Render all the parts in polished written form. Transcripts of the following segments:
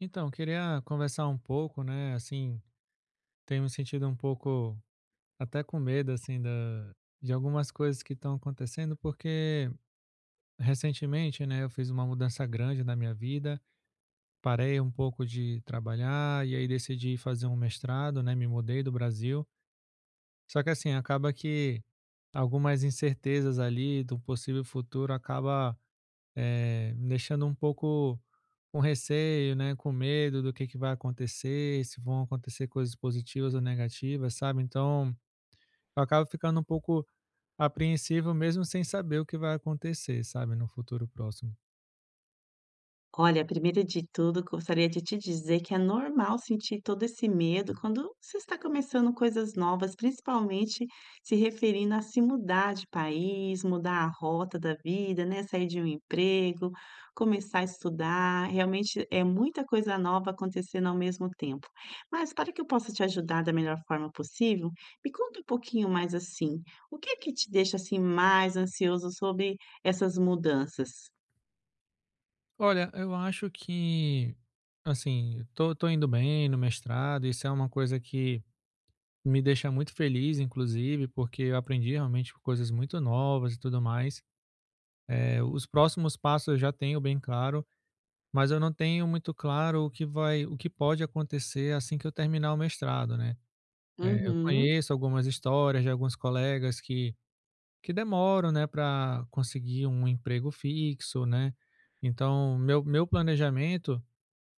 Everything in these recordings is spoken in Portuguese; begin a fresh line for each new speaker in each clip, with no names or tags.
Então, queria conversar um pouco, né? Assim, tenho me sentido um pouco até com medo, assim, de algumas coisas que estão acontecendo, porque recentemente, né, eu fiz uma mudança grande na minha vida, parei um pouco de trabalhar e aí decidi fazer um mestrado, né? Me mudei do Brasil. Só que, assim, acaba que algumas incertezas ali do possível futuro acaba me deixando um pouco com receio, né, com medo do que vai acontecer, se vão acontecer coisas positivas ou negativas, sabe? Então, eu acabo ficando um pouco apreensivo mesmo sem saber o que vai acontecer, sabe, no futuro próximo.
Olha, primeiro de tudo, gostaria de te dizer que é normal sentir todo esse medo quando você está começando coisas novas, principalmente se referindo a se mudar de país, mudar a rota da vida, né? Sair de um emprego, começar a estudar. Realmente é muita coisa nova acontecendo ao mesmo tempo. Mas para que eu possa te ajudar da melhor forma possível, me conta um pouquinho mais assim. O que é que te deixa assim mais ansioso sobre essas mudanças?
Olha, eu acho que, assim, eu tô indo bem no mestrado, isso é uma coisa que me deixa muito feliz, inclusive, porque eu aprendi realmente coisas muito novas e tudo mais. Os próximos passos eu já tenho bem claro, mas eu não tenho muito claro o que pode acontecer assim que eu terminar o mestrado, né. Eu
Uhum.
conheço algumas histórias de alguns colegas que demoram, né, para conseguir um emprego fixo, né. Então meu planejamento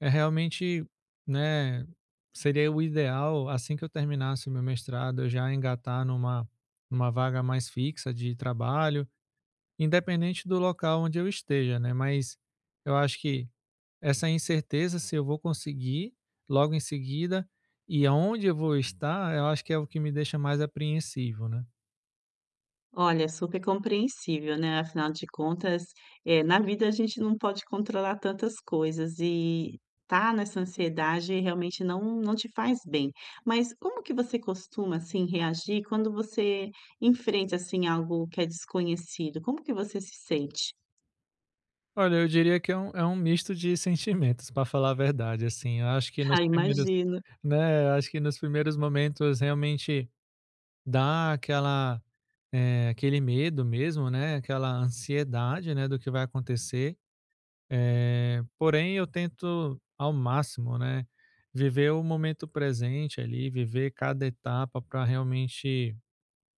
é realmente, né, seria o ideal assim que eu terminasse o meu mestrado eu já engatar numa vaga mais fixa de trabalho, independente do local onde eu esteja, né. Mas eu acho que essa incerteza se eu vou conseguir logo em seguida e aonde eu vou estar, eu acho que é o que me deixa mais apreensivo, né.
Olha, super compreensível, né, afinal de contas, na vida a gente não pode controlar tantas coisas e tá nessa ansiedade realmente não te faz bem. Mas como que você costuma, assim, reagir quando você enfrenta, assim, algo que é desconhecido? Como que você se sente?
Olha, eu diria que é um misto de sentimentos, para falar a verdade, assim. Eu acho que nos
Ah,
primeiros
imagino.
Né, eu acho que nos primeiros momentos realmente dá aquela, aquele medo mesmo, né, aquela ansiedade, né, do que vai acontecer. Porém, eu tento ao máximo, né, viver o momento presente ali, viver cada etapa para realmente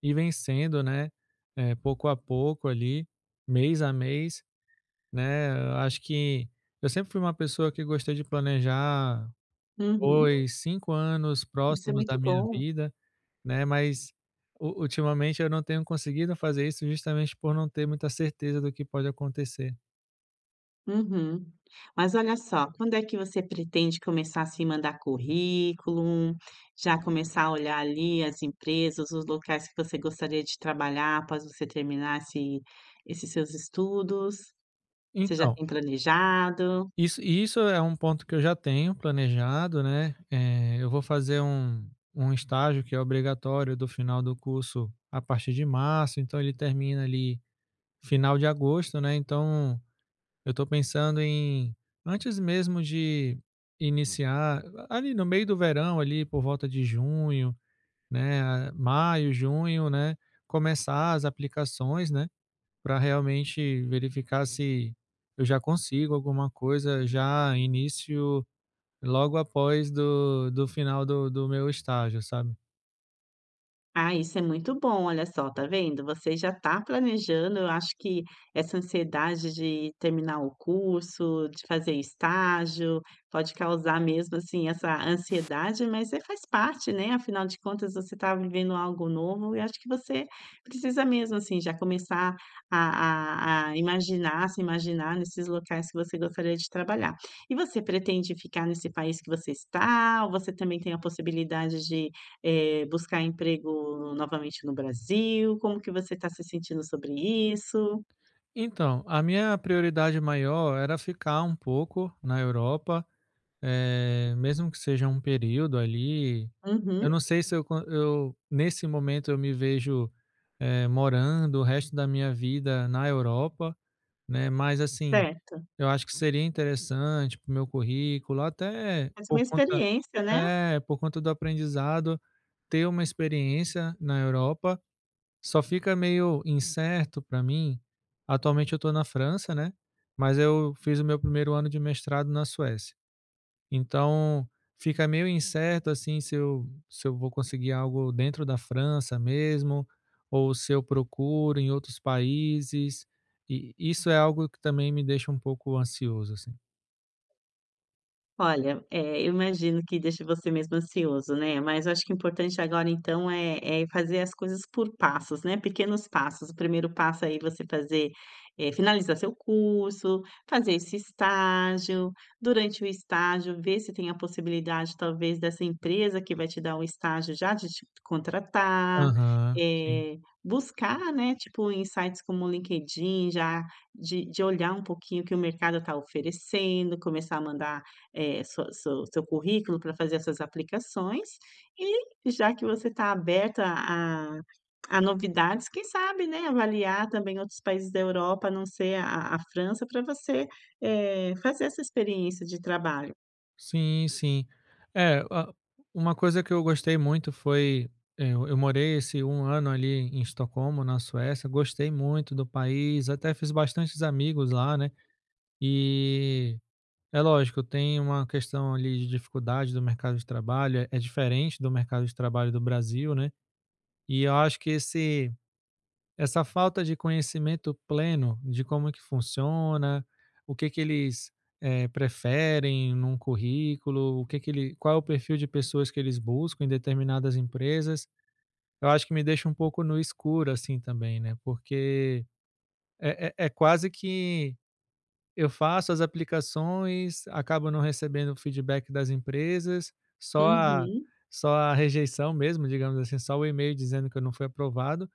ir vencendo, né, pouco a pouco ali, mês a mês, né. Eu acho que eu sempre fui uma pessoa que gostei de planejar
Uhum.
2 5 anos
Isso é
próximos da
muito
minha
bom.
vida, né, mas u ultimamente eu não tenho conseguido fazer isso justamente por não ter muita certeza do que pode acontecer.
Uhum. Mas olha só, quando é que você pretende começar, a se mandar currículo, já começar a olhar ali as empresas, os locais que você gostaria de trabalhar após você terminar esses seus estudos? Você já
Então
tem planejado?
isso é um ponto que eu já tenho planejado, né, eu vou fazer um um estágio que é obrigatório do final do curso a partir de março, então ele termina ali final de agosto, né, então eu estou pensando em antes mesmo de iniciar, ali no meio do verão, ali por volta de junho, né, maio, junho, né, começar as aplicações, né, para realmente verificar se eu já consigo alguma coisa já início logo após do final do meu estágio, sabe?
Ah, isso é muito bom, olha só, tá vendo? Você já está planejando, eu acho que essa ansiedade de terminar o curso, de fazer estágio, pode causar mesmo assim essa ansiedade, mas é faz parte, né? Afinal de contas, você está vivendo algo novo e acho que você precisa mesmo assim já começar a imaginar, se imaginar nesses locais que você gostaria de trabalhar. E você pretende ficar nesse país que você está, ou você também tem a possibilidade de buscar emprego novamente no Brasil? Como que você está se sentindo sobre isso?
Então, a minha prioridade maior era ficar um pouco na Europa, mesmo que seja um período ali.
Uhum,
Eu não sei se eu, con- Eu nesse momento eu me vejo morando o resto da minha vida na Europa, né? Mas assim,
certo.
eu acho que seria interessante para o meu currículo, até
Mas uma
por conta
experiência, né?
por conta do aprendizado, ter uma experiência na Europa. Só fica meio incerto para mim, atualmente eu estou na França, né, mas eu fiz o meu primeiro ano de mestrado na Suécia. Então, fica meio incerto, assim, se eu vou conseguir algo dentro da França mesmo, ou se eu procuro em outros países, e isso é algo que também me deixa um pouco ansioso, assim.
Olha, eu imagino que deixe você mesmo ansioso, né, mas eu acho que o importante agora então é fazer as coisas por passos, né, pequenos passos. O primeiro passo aí é você fazer, finalizar seu curso, fazer esse estágio, durante o estágio ver se tem a possibilidade talvez dessa empresa que vai te dar um estágio já de te contratar,
Aham, sim.
eh, buscar, né, tipo em sites como o LinkedIn já de olhar um pouquinho o que o mercado está oferecendo, começar a mandar é, sua seu seu currículo para fazer essas aplicações e já que você está aberta a novidades, quem sabe, né, avaliar também outros países da Europa, a não ser a França, para você, fazer essa experiência de trabalho.
Sim, sim. É, a Uma coisa que eu gostei muito foi, eu morei esse um ano ali em Estocolmo, na Suécia, gostei muito do país, até fiz bastantes amigos lá, né. E é lógico, tem uma questão ali de dificuldade do mercado de trabalho, é diferente do mercado de trabalho do Brasil, né. E eu acho que esse Essa falta de conhecimento pleno de como que funciona, o que que eles, preferem num currículo, o que que ele qual é o perfil de pessoas que eles buscam em determinadas empresas, eu acho que me deixa um pouco no escuro, assim, também, né, porque é quase que eu faço as aplicações, acabo não recebendo o feedback das empresas, só a
Uhum.
só a rejeição mesmo, digamos assim, só o e-mail dizendo que eu não fui aprovado,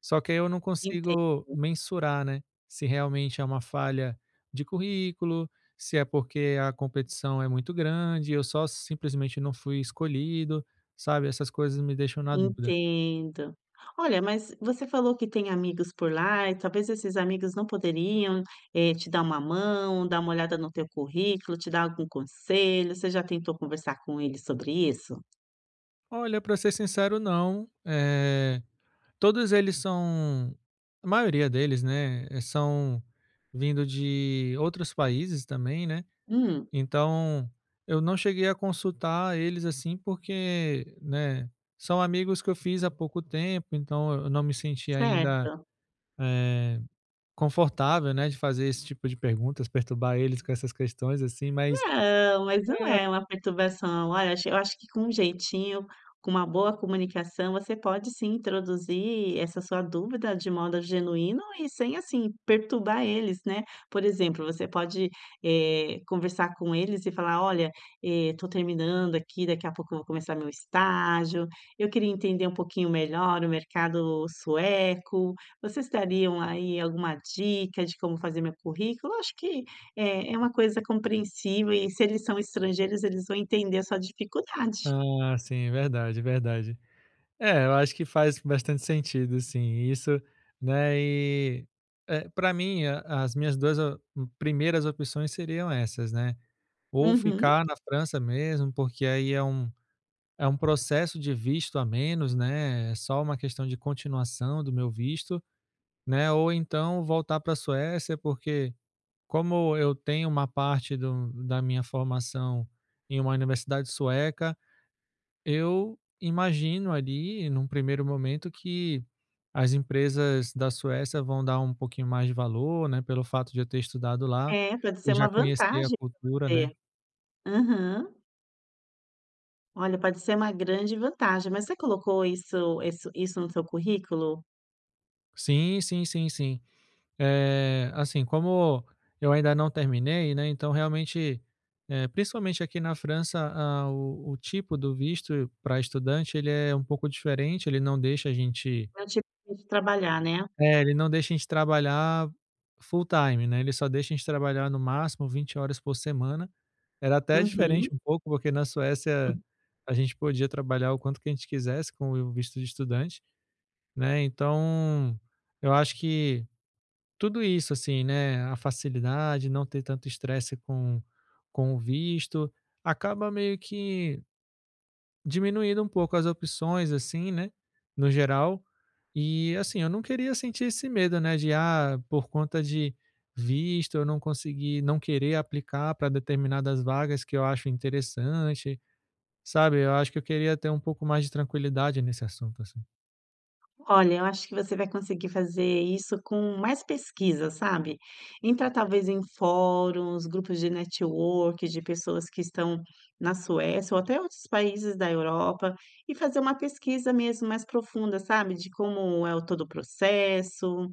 só que aí eu não
Enten
consigo mensurar, né, se realmente é uma falha de currículo, se é porque a competição é muito grande, eu só simplesmente não fui escolhido, sabe, essas coisas me deixam na dúvida.
entendo. Olha, mas você falou que tem amigos por lá e talvez esses amigos não poderiam, te dar uma mão, dar uma olhada no teu currículo, te dar algum conselho, você já tentou conversar com eles sobre isso?
Olha, para ser sincero, não, todos eles são, a maioria deles, né, são vindo de outros países também, né.
Hum,
Então, eu não cheguei a consultar eles, assim, porque, né, são amigos que eu fiz há pouco tempo, então eu não me senti ainda,
certo.
eh, confortável, né, de fazer esse tipo de perguntas, perturbar eles com essas questões, assim, mas.
Não, mas não é uma perturbação. Olha, acho eu acho que com um jeitinho, com uma boa comunicação, você pode sim introduzir essa sua dúvida de modo genuíno e sem, assim, perturbar eles, né. Por exemplo, você pode, conversar com eles e falar: "Olha, estou terminando aqui, daqui a pouco eu vou começar meu estágio, eu queria entender um pouquinho melhor o mercado sueco. Vocês dariam aí alguma dica de como fazer meu currículo?" Acho que é, é uma coisa compreensível e se eles são estrangeiros, eles vão entender a sua dificuldade.
Ah, sim, verdade, verdade. É, eu acho que faz bastante sentido, sim, isso, né, e, para mim, a as minhas 2 o primeiras opções seriam essas, né, ou
Uhum.
ficar na França mesmo, porque aí é um processo de visto a menos, né, é só uma questão de continuação do meu visto, né, ou então voltar para a Suécia, porque como eu tenho uma parte do da minha formação em uma universidade sueca, eu imagino ali, num primeiro momento, que as empresas da Suécia vão dar um pouquinho mais de valor, né, pelo fato de eu ter estudado lá
É, pode
e
ser
já
uma
conhecer a
vantagem pra
cultura, né.
você. Aham. Olha, pode ser uma grande vantagem, mas você colocou isso no seu currículo?
Sim, sim, sim, sim. Assim, como eu ainda não terminei, né, então realmente, principalmente aqui na França, ah, o tipo do visto para estudante, ele é um pouco diferente, ele não deixa a gente
Não te trabalhar, né?
é, ele não deixa a gente trabalhar full time, né, ele só deixa a gente trabalhar no máximo 20 horas por semana. Era até diferente
Uhum.
um pouco, porque na Suécia a gente podia trabalhar o quanto que a gente quisesse com o visto de estudante, né, então eu acho que tudo isso, assim, né, a facilidade, não ter tanto estresse com o visto, acaba meio que diminuindo um pouco as opções, assim, né, no geral. E, assim, eu não queria sentir esse medo, né, de, ah, por conta de visto, eu não conseguir, não querer aplicar para determinadas vagas que eu acho interessante, sabe? Eu acho que eu queria ter um pouco mais de tranquilidade nesse assunto, assim.
Olha, eu acho que você vai conseguir fazer isso com mais pesquisa, sabe? Entrar talvez em fóruns, grupos de network, de pessoas que estão na Suécia ou até outros países da Europa e fazer uma pesquisa mesmo mais profunda, sabe? De como é o todo o processo.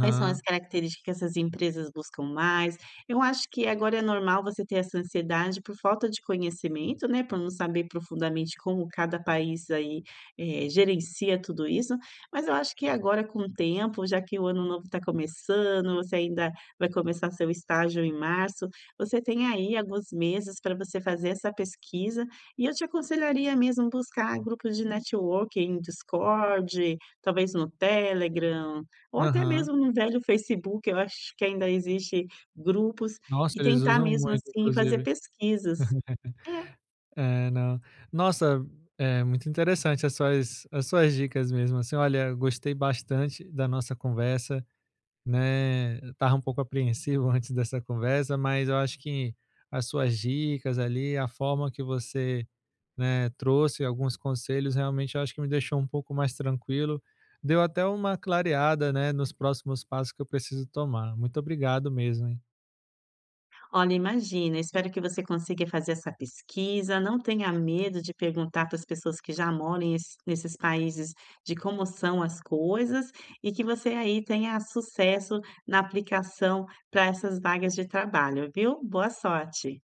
Quais são as características que essas empresas buscam mais? Eu acho que agora é normal você ter essa ansiedade por falta de conhecimento, né, por não saber profundamente como cada país aí, gerencia tudo isso, mas eu acho que agora com o tempo, já que o ano novo está começando, você ainda vai começar seu estágio em março, você tem aí alguns meses para você fazer essa pesquisa, e eu te aconselharia mesmo buscar grupos de networking, Discord, talvez no Telegram, ou até
aham.
mesmo no velho Facebook, eu acho que ainda existe grupos,
Nossa,
e
eles
tentar
usam
mesmo,
muito,
assim, fazer
inclusive.
pesquisas. É.
É, não. Nossa, muito interessante as suas dicas mesmo, assim, olha, gostei bastante da nossa conversa, né, estava um pouco apreensivo antes dessa conversa, mas eu acho que as suas dicas ali, a forma que você, né, trouxe alguns conselhos, realmente eu acho que me deixou um pouco mais tranquilo, deu até uma clareada, né, nos próximos passos que eu preciso tomar. Muito obrigado mesmo, hein.
Olha, imagina, espero que você consiga fazer essa pesquisa, não tenha medo de perguntar para as pessoas que já moram em es nesses países de como são as coisas, e que você aí tenha sucesso na aplicação para essas vagas de trabalho, viu? Boa sorte.